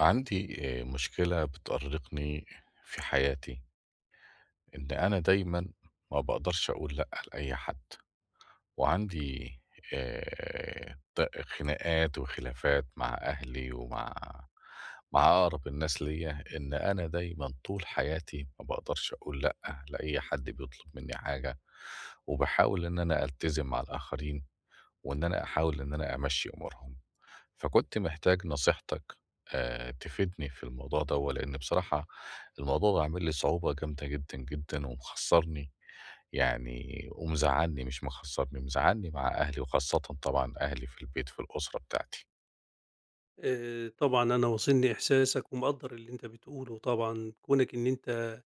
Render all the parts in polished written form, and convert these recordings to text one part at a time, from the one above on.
عندي مشكلة بتأرقني في حياتي، إن أنا دايما ما بقدرش أقول لأ لأي حد. وعندي خناقات وخلافات مع أهلي ومع أقرب الناس ليا، إن أنا دايما طول حياتي ما بقدرش أقول لأ لأي حد بيطلب مني حاجة. وبحاول إن أنا ألتزم مع الآخرين، وإن أنا أحاول إن أنا أمشي أمورهم. فكنت محتاج نصيحتك تفيدني في الموضوع دوّة، لإن بصراحة الموضوع ده عامل لي صعوبة جامدة جدًا، جدًا، ومخسّرني يعني، ومزعّلني، مش مخسّرني، مزعّلني مع أهلي، وخاصةً طبعًا أهلي في البيت، في الأسرة بتاعتي. طبعًا أنا واصلني إحساسك ومقدّر اللي أنت بتقوله طبعًا، كونك إن أنت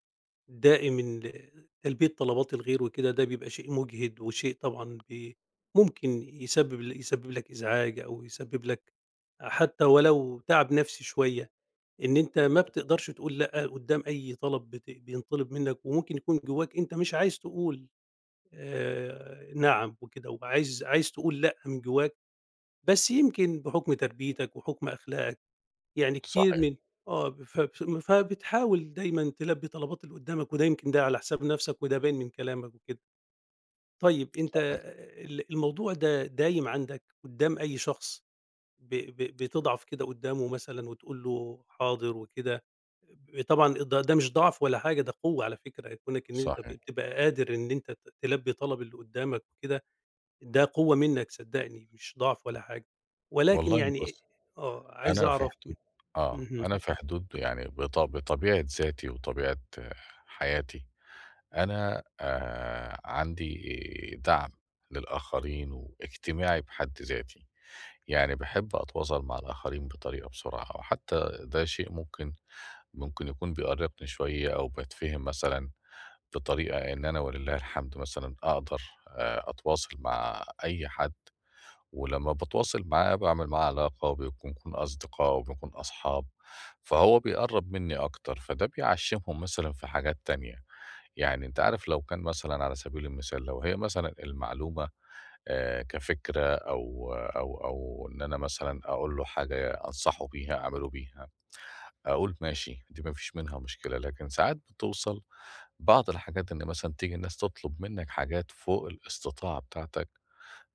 دائم تلبية طلبات الغير وكده. ده بيبقى شيء مُجهِد وشيء طبعًا ممكن يسبب يسبب لك إزعاج، أو يسبب لك حتى ولو تعب نَفْسي شوية، إن أنت ما بتقدرش تقول لأ قُدّام أي طلب بينطلب منّك، وممكن يكون جوّاك أنت مش عايز تقول نعم وكده، وعايز تقول لأ من جوّاك، بس يمكن بحُكم تربيتك وحُكم أخلاقك يعني كتير صحيح، من فبتحاول دايمًا تلبّي طلبات اللي قدّامك، وده يمكن ده على حساب نَفْسك، وده باين من كلامك وكده. طيب أنت صحيح، الموضوع ده دايم عندك قدّام أي شخص، ب ب بتضعف كده قدّامه مثلًا وتقول له حاضر وكده؟ طبعًا ده مش ضعف ولا حاجة، ده قوة على فكرة، كونك إن أنت صحيح. بتبقى قادر إن أنت تلبّي طلب اللي قدّامك وكده. ده قوة منّك صدّقني، مش ضعف ولا حاجة. ولكن والله يعني، بُص، عايز أنا في أعرف. حدود آه. اهم. أنا في حدود يعني بطبيعة ذاتي وطبيعة حياتي، أنا عندي دَعْم للآخرين واجتماعي بحد ذاتي. يعني باحب أتواصل مع الآخرين بطريقة بسرعة، وحتى ده شيء ممكن يكون بيأرقني شوية، أو باتفهم مثلًا بطريقة إن أنا ولله الحمد مثلًا أقدر أتواصل مع أي حد، ولمّا باتواصل معاه باعمل معاه علاقة وبنكون أصدقاء وبنكون أصحاب، فهو بيقرّب مني أكتر، فده بيعشّمهم مثلًا في حاجات تانية. يعني أنت عارف، لو كان مثلًا على سبيل المثال لو هي مثلًا المعلومة كفكرة، أو إن أنا مثلًا أقول له حاجة أنصحه بيها، أعمله بيها، أقول ماشي، دي ما فيش منها مشكلة. لكن ساعات بتوصل بعض الحاجات إن مثلًا تيجي الناس تطلب منّك حاجات فوق الاستطاعة بتاعتك،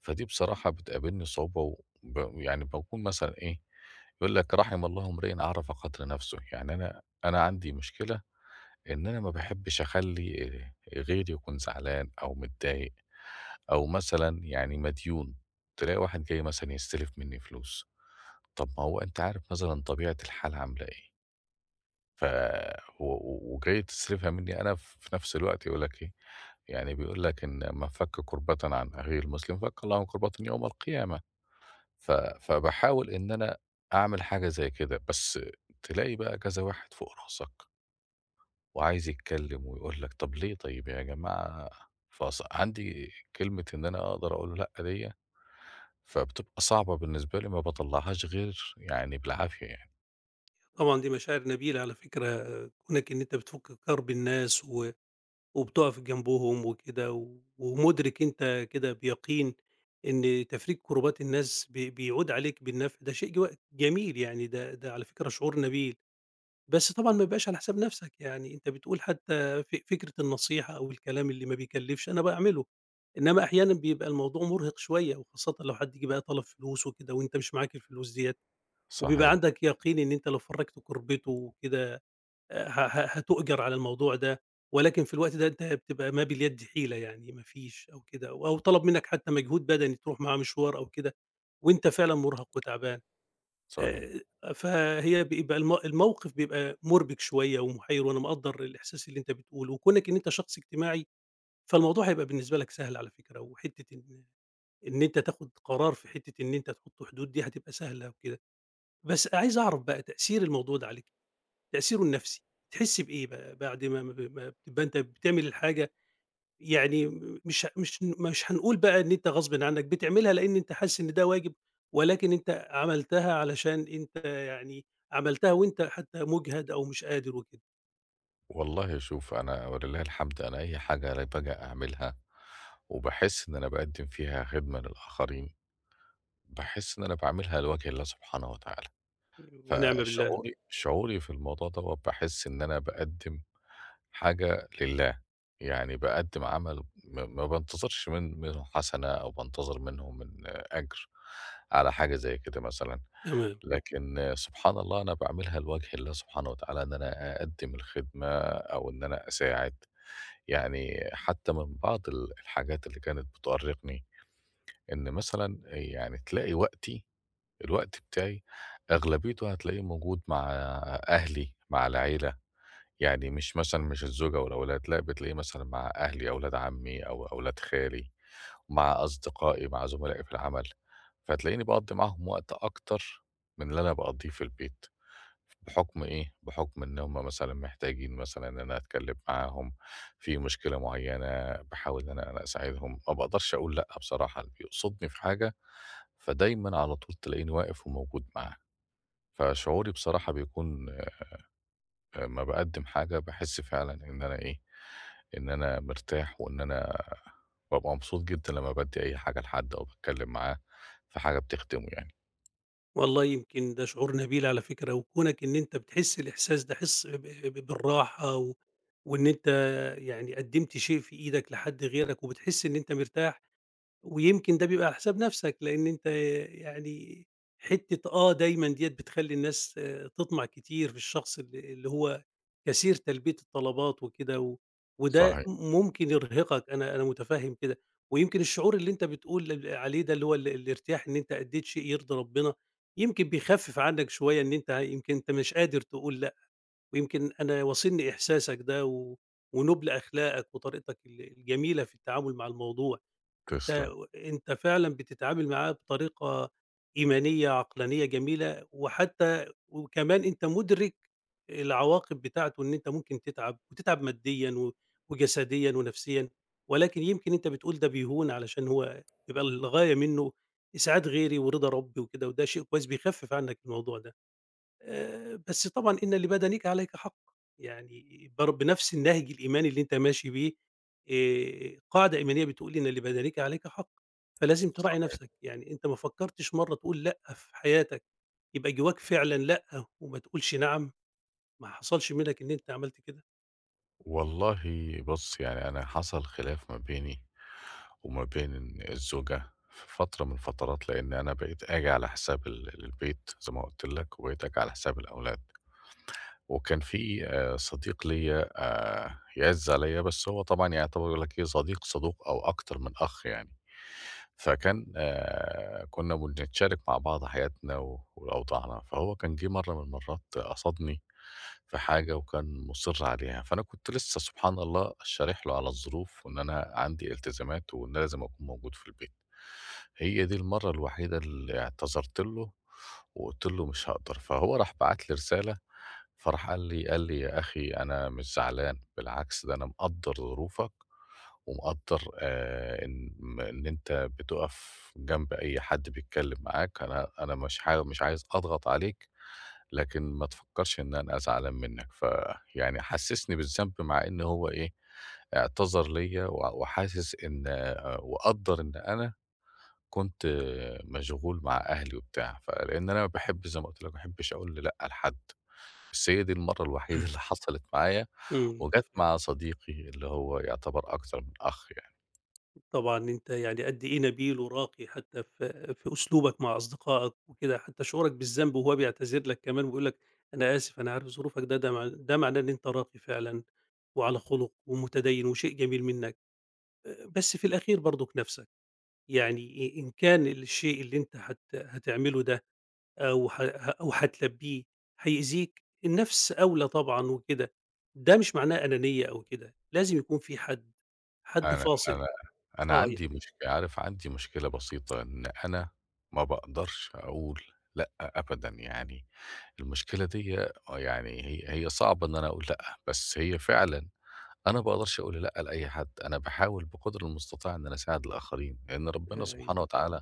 فدي بصراحة بتقابلني صعوبة، يعني باكون مثلًا إيه، يقول لك رحم الله امرئًا عرف قدر نفسه. يعني أنا عندي مشكلة إن أنا ما باحبّش أخلّي غيري يكون زعلان أو متضايق أو مثلًا يعني مديون. تلاقي واحد جاي مثلًا يستلف منّي فلوس، طَب ما هو أنت عارف مثلًا طبيعة الحال عاملة إيه، ف و و وجاي تستلفها منّي أنا، ف في نفس الوقت يقول لك إيه، يعني بيقول لك: "إن من فَكّ كُرْبَةً عن أخيه المسلم فَكَّ الله عن كُرْبَةٍ يوم القيامة." فباحاول إن أنا أعمل حاجة زي كده. بس تلاقي بقى كذا واحد فوق راسك، وعايز يتكلم ويقول لك طب ليه طيب يا جماعة، فص عندي كلمة إن أنا أقدر أقول له لأ ديّة، فبتبقى صعبة بالنسبة لي، ما باطلّعهاش غير يعني بالعافية يعني. طبعًا دي مشاعر نبيلة على فكرة، كونك إن أنت بتفُك كرب الناس و وبتُقف جنبهم وكده، و ومُدرك أنت كده بيقين إن تفريج كُربات الناس بيعود عليك بالنفع. ده شيء جميل يعني، ده على فكرة شعور نبيل، بس طبعًا ما يبقاش على حساب نفسك. يعني أنت بتقول حتى فكرة النصيحة أو الكلام اللي ما بيكلّفش أنا باعمله، إنما أحيانًا بيبقى الموضوع مُرهق شوية، وخاصةً لو حد جِه بقى طلب فلوس وكده وأنت مش معاك الفلوس ديّة. وبيبقى صحيح، عندك يقين إن أنت لو فرّجت كُربِته وكده ه ه هتؤجر على الموضوع ده، ولكن في الوقت ده أنت بتبقى ما باليد حيلة، يعني ما فيش أو كده، أو طلب منّك حتى مجهود بدني تروح معاه مشوار أو كده وأنت فعلًا مرهق وتعبان. صحيح. آآ فهي بيبقى الموقف بيبقى مُربِك شوية ومُحيِّر، وأنا مقدّر الإحساس اللي أنت بتقوله، وكونك إن أنت شخص اجتماعي، فالموضوع هيبقى بالنسبة لك سهل على فكرة، وحتّة إن أنت تاخُد قرار في حتّة إن أنت تحُط حدود دي هتبقى سهلة وكده. بس عايز أعرف بقى تأثير الموضوع ده عليك. تأثيره النفسي، تحس بإيه بقى بعد ما بتبقى أنت بتعمل الحاجة؟ يعني م مش مش مش هنقول بقى إن أنت غصبٍ عنك، بتعملها لإن أنت حاسس إن ده واجب، ولكن أنت عملتها علشان أنت يعني عملتها وأنت حتى مُجهد أو مش قادر وكده. والله شوف، أنا ولله الحمد أنا أي حاجة أنا باجي أعملها وباحس إن أنا باقدّم فيها خدمة للآخرين، باحس إن أنا باعملها لوجه الله سبحانه وتعالى. ونعم بالله. فشعوري في الموضوع دوّة باحس إن أنا باقدّم حاجة لله. يعني باقدّم عمل ما بانتظرش منه حسنة، أو بانتظر منه أجر على حاجة زي كده مثلًا. تمام. لكن سبحان الله، أنا باعملها لوجه الله سبحانه وتعالى، إن أنا أقدّم الخدمة أو إن أنا أساعد. يعني حتى من بعض الحاجات اللي كانت بتؤرقني، إن مثلًا يعني تلاقي الوقت بتاعي أغلبيته هتلاقيه موجود مع أهلي، مع العيلة. يعني مش مثلًا مش الزوجة والأولاد، لأ بتلاقيه مثلًا مع أهلي، أولاد عمي أو أولاد خالي، مع أصدقائي، مع زملائي في العمل. فتلاقيني باقضّي معاهم وقت أكتر من اللي أنا باقضّيه في البيت، بحُكم إيه، بحُكم إن هم مثلًا محتاجين مثلًا إن أنا أتكلّم معاهم في مشكلة معيّنة، باحاول إن أنا أساعدهم، ما باقدرش أقول لأ بصراحة، اللي بيقصدني في حاجة فدايمًا على طول تلاقيني واقف وموجود معاه. فشعوري بصراحة بيكون أمّا باقدّم حاجة باحس فعلًا إن أنا إيه، إن أنا مرتاح، وإن أنا بابقى مبسوط جدًا لمّا بادّي أي حاجة لحد أو باتكلّم معاه في حاجة بتخدمه يعني. والله يمكن ده شعور نبيل على فكرة، وكونك إن أنت بتحس الإحساس ده حِس ب ب بالراحة و وإن أنت يعني قدّمت شيء في إيدك لحد غيرك وبتحس إن أنت مرتاح، ويمكن ده بيبقى على حساب نفسك، لإن أنت يعني حتّة دايمًا ديّة بتخلّي الناس، تطمع كتير في الشخص اللي هو كثير تلبية الطلبات وكده، وده صحيح، ممكن يرهقك. أنا متفهّم كده، ويمكن الشعور اللي أنت بتقول عليه ده اللي هو الارتياح إن أنت أدّيت شيء يرضي ربنا، يمكن بيخفِّف عنّك شوية إن أنت يمكن أنت مش قادر تقول لأ. ويمكن أنا واصلني إحساسك ده و ونُبل أخلاقك وطريقتك الجميلة في التعامل مع الموضوع. أنت تسلم، أنت فعلًا بتتعامل معاه بطريقة إيمانية، عقلانية جميلة، وحتى وكمان أنت مُدرك العواقب بتاعته، إن أنت ممكن تتعب وتتعب ماديًا و وجسديًا ونفسيًا، ولكن يمكن أنت بتقول ده بيهون علشان هو بيبقى الغاية منّه إسعاد غيري ورضا ربي وكده، وده شيء كويس بيخفِّف عنّك الموضوع ده. بس طبعًا إن لبدنِك عليك حق، يعني بنفس النهج الإيماني اللي أنت ماشي بيه، قاعدة إيمانية بتقول إن لبدنِك عليك حق، فلازم تراعي صحيح. نفسك. يعني أنت ما فكرتش مرّة تقول لأ في حياتك، يبقى جواك فعلًا لأ وما تقولش نعم، ما حصلش منك إن أنت عملت كده؟ والله بُص، يعني أنا حصل خلاف ما بيني وما بين الزوجة في فترة من الفترات، لإن أنا بقيت آجي على حساب البيت زي ما قُلت لك، وبقيت آجي على حساب الأولاد. وكان في صديق ليّا يعِز عليّا، بس هو طبعًا يعتبر يقول لك إيه، صديق صدوق أو أكتر من أخ يعني. فكان كُنّا بنتشارك مع بعض حياتنا وأوضاعنا، فهو كان جِه مرّة من المرّات قصدني في حاجة وكان مُصِر عليها، فأنا كنت لسّه سبحان الله شارح له على الظروف، وإن أنا عندي التزامات وإن أنا لازم أكون موجود في البيت. هي دي المرّة الوحيدة اللي اعتذرت له وقُلت له مش هاقدر، فهو راح باعت لي رسالة، فراح قال لي: "يا أخي أنا مش زعلان، بالعكس ده أنا مقدّر ظروفك، ومقدّر إن إن أنت بتُقف جنب أي حد بيتكلّم معاك، أنا مش مش عايز أضغط عليك، لكن ما تفكّرش إن أنا زعلان منّك." فيعني حسّسني بالذنب، مع إن هو إيه، اعتذر ليّا وحاسس إن وقدّر إن أنا كنت مشغول مع أهلي وبتاع. فلإن أنا باحب زي ما قُلت لك ما باحبّش أقول لأ لحد، بس هي دي المرّة الوحيدة اللي حصلت معايا، إمم، وجات تف مع صديقي اللي هو يعتبر أكتر من أخ يعني. طبعًا أنت يعني قد إيه نبيل وراقي حتى في أسلوبك مع أصدقائك وكده. حتى شعورك بالذنب وهو بيعتذر لك كمان وبيقول لك أنا آسف أنا عارف ظروفك، ده معناه إن أنت راقي فعلًا وعلى خُلُق ومتديّن وشيء جميل منّك. بس في الأخير برضُك نَفْسك، يعني إن كان الشيء اللي أنت هتعمله ده أو ه ه أو هتلبّيه هيأذيك، النَفْس أولى طبعًا وكده. ده مش معناه أنانية أو كده، لازم يكون في حد، حد أنا فاصل. أنا أنا آه، عندي مشكلة، عارف عندي مشكلة بسيطة، إن أنا ما باقدرش أقول لأ أبدًا. يعني المشكلة ديّة يعني هي صعبة إن أنا أقول لأ، بس هي فعلًا أنا ما باقدرش أقول لأ لأي حد. أنا باحاول بقدر المستطاع إن أنا أساعد الآخرين، لإن ربنا أيوه. سبحانه وتعالى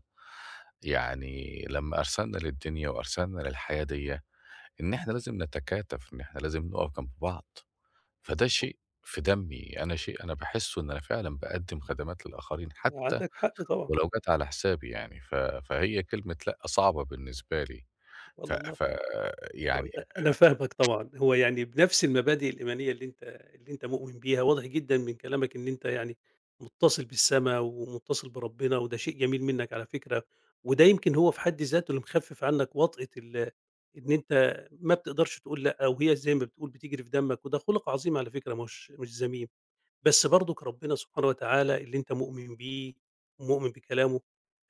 يعني لمّا أرسلنا للدنيا وأرسلنا للحياة ديّة، إن إحنا لازم نتكاتف، إن إحنا لازم نُقف جنب بعض. فده شيء في دمي، أنا شيء أنا باحسّه إن أنا فعلًا باقدّم خدمات للآخرين، حتى عندك حق طبعًا. ولو جات على حسابي يعني. فهي كلمة لأ صعبة بالنسبة لي، ف والله، ف يعني آه، أنا فاهمك طبعًا. هو يعني بنفس المبادئ الإيمانية اللي أنت مؤمن بيها، واضح جدًا من كلامك إن أنت يعني مُتصل بالسما ومُتصل بربنا، وده شيء جميل منك على فكرة. وده يمكن هو في حد ذاته اللي مخفف عنك وطأة إن أنت ما بتقدرش تقول لأ، وهي زي ما بتقول بتجري في دمك، وده خُلُق عظيم على فكرة، مش ذميم. بس برضك ربنا سبحانه وتعالى اللي أنت مؤمن بيه ومؤمن بكلامه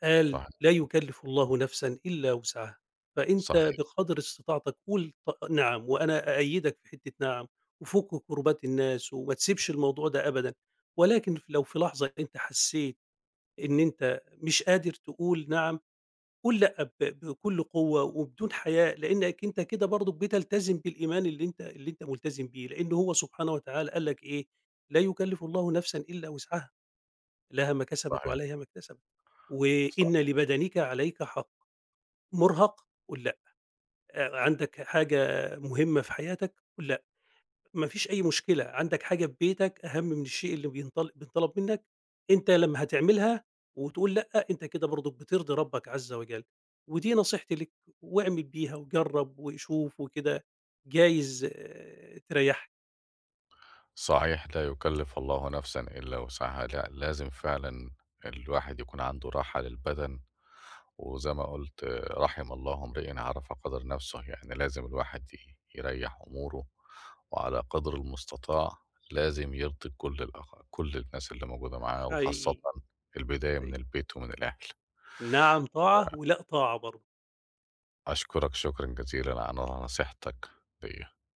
قال: صح، "لا يكلّف الله نفسًا إلا وسعها." فأنت صحيح، بقدر استطاعتك قُل نعم، وأنا أأيّدك في حتّة نعم، وفُك كُربات الناس وما تسيبش الموضوع ده أبدًا. ولكن لو في لحظة أنت حسّيت إن أنت مش قادر تقول نعم، قُل لأ بكل قوة وبدون حياء، لإنّك أنت كده برضك بتلتزم بالإيمان اللي أنت ملتزم بيه، لإن هو سبحانه وتعالى قال لك إيه: "لا يكلّف الله نفسًا إلّا وسعها، لها ما كسبت صحيح، وعليها ما اكتسبت، صح. وإن لبدنك عليك حق مرهق." قُل لأ. عندك حاجة مهمة في حياتك قُل لأ. ما فيش أي مشكلة. عندك حاجة في بيتك أهم من الشيء اللي بينطلب منك، أنت لمّا هتعملها وتقول لأ، أنت كده برضك بترضي ربك عز وجل. ودي نصيحتي ليك، واعمل بيها وجرّب وشوف وكده، جايز، تريحك. صحيح، لا يكلف الله نفسا إلا وسعها. لأ، لازم فعلًا الواحد يكون عنده راحة للبدن، وزي ما قُلت رحم الله امرئًا عرف قدر نفسه. يعني لازم الواحد يريّح أموره، وعلى قدر المستطاع لازم يرضي كل الناس اللي موجودة معاه، وخاصةً حقيقي. البداية من حقيقي. البيت ومن الأهل. نعم طاعة، ولأ طاعة برضه. أشكرك شكرًا جزيلًا على نصيحتك ديّة.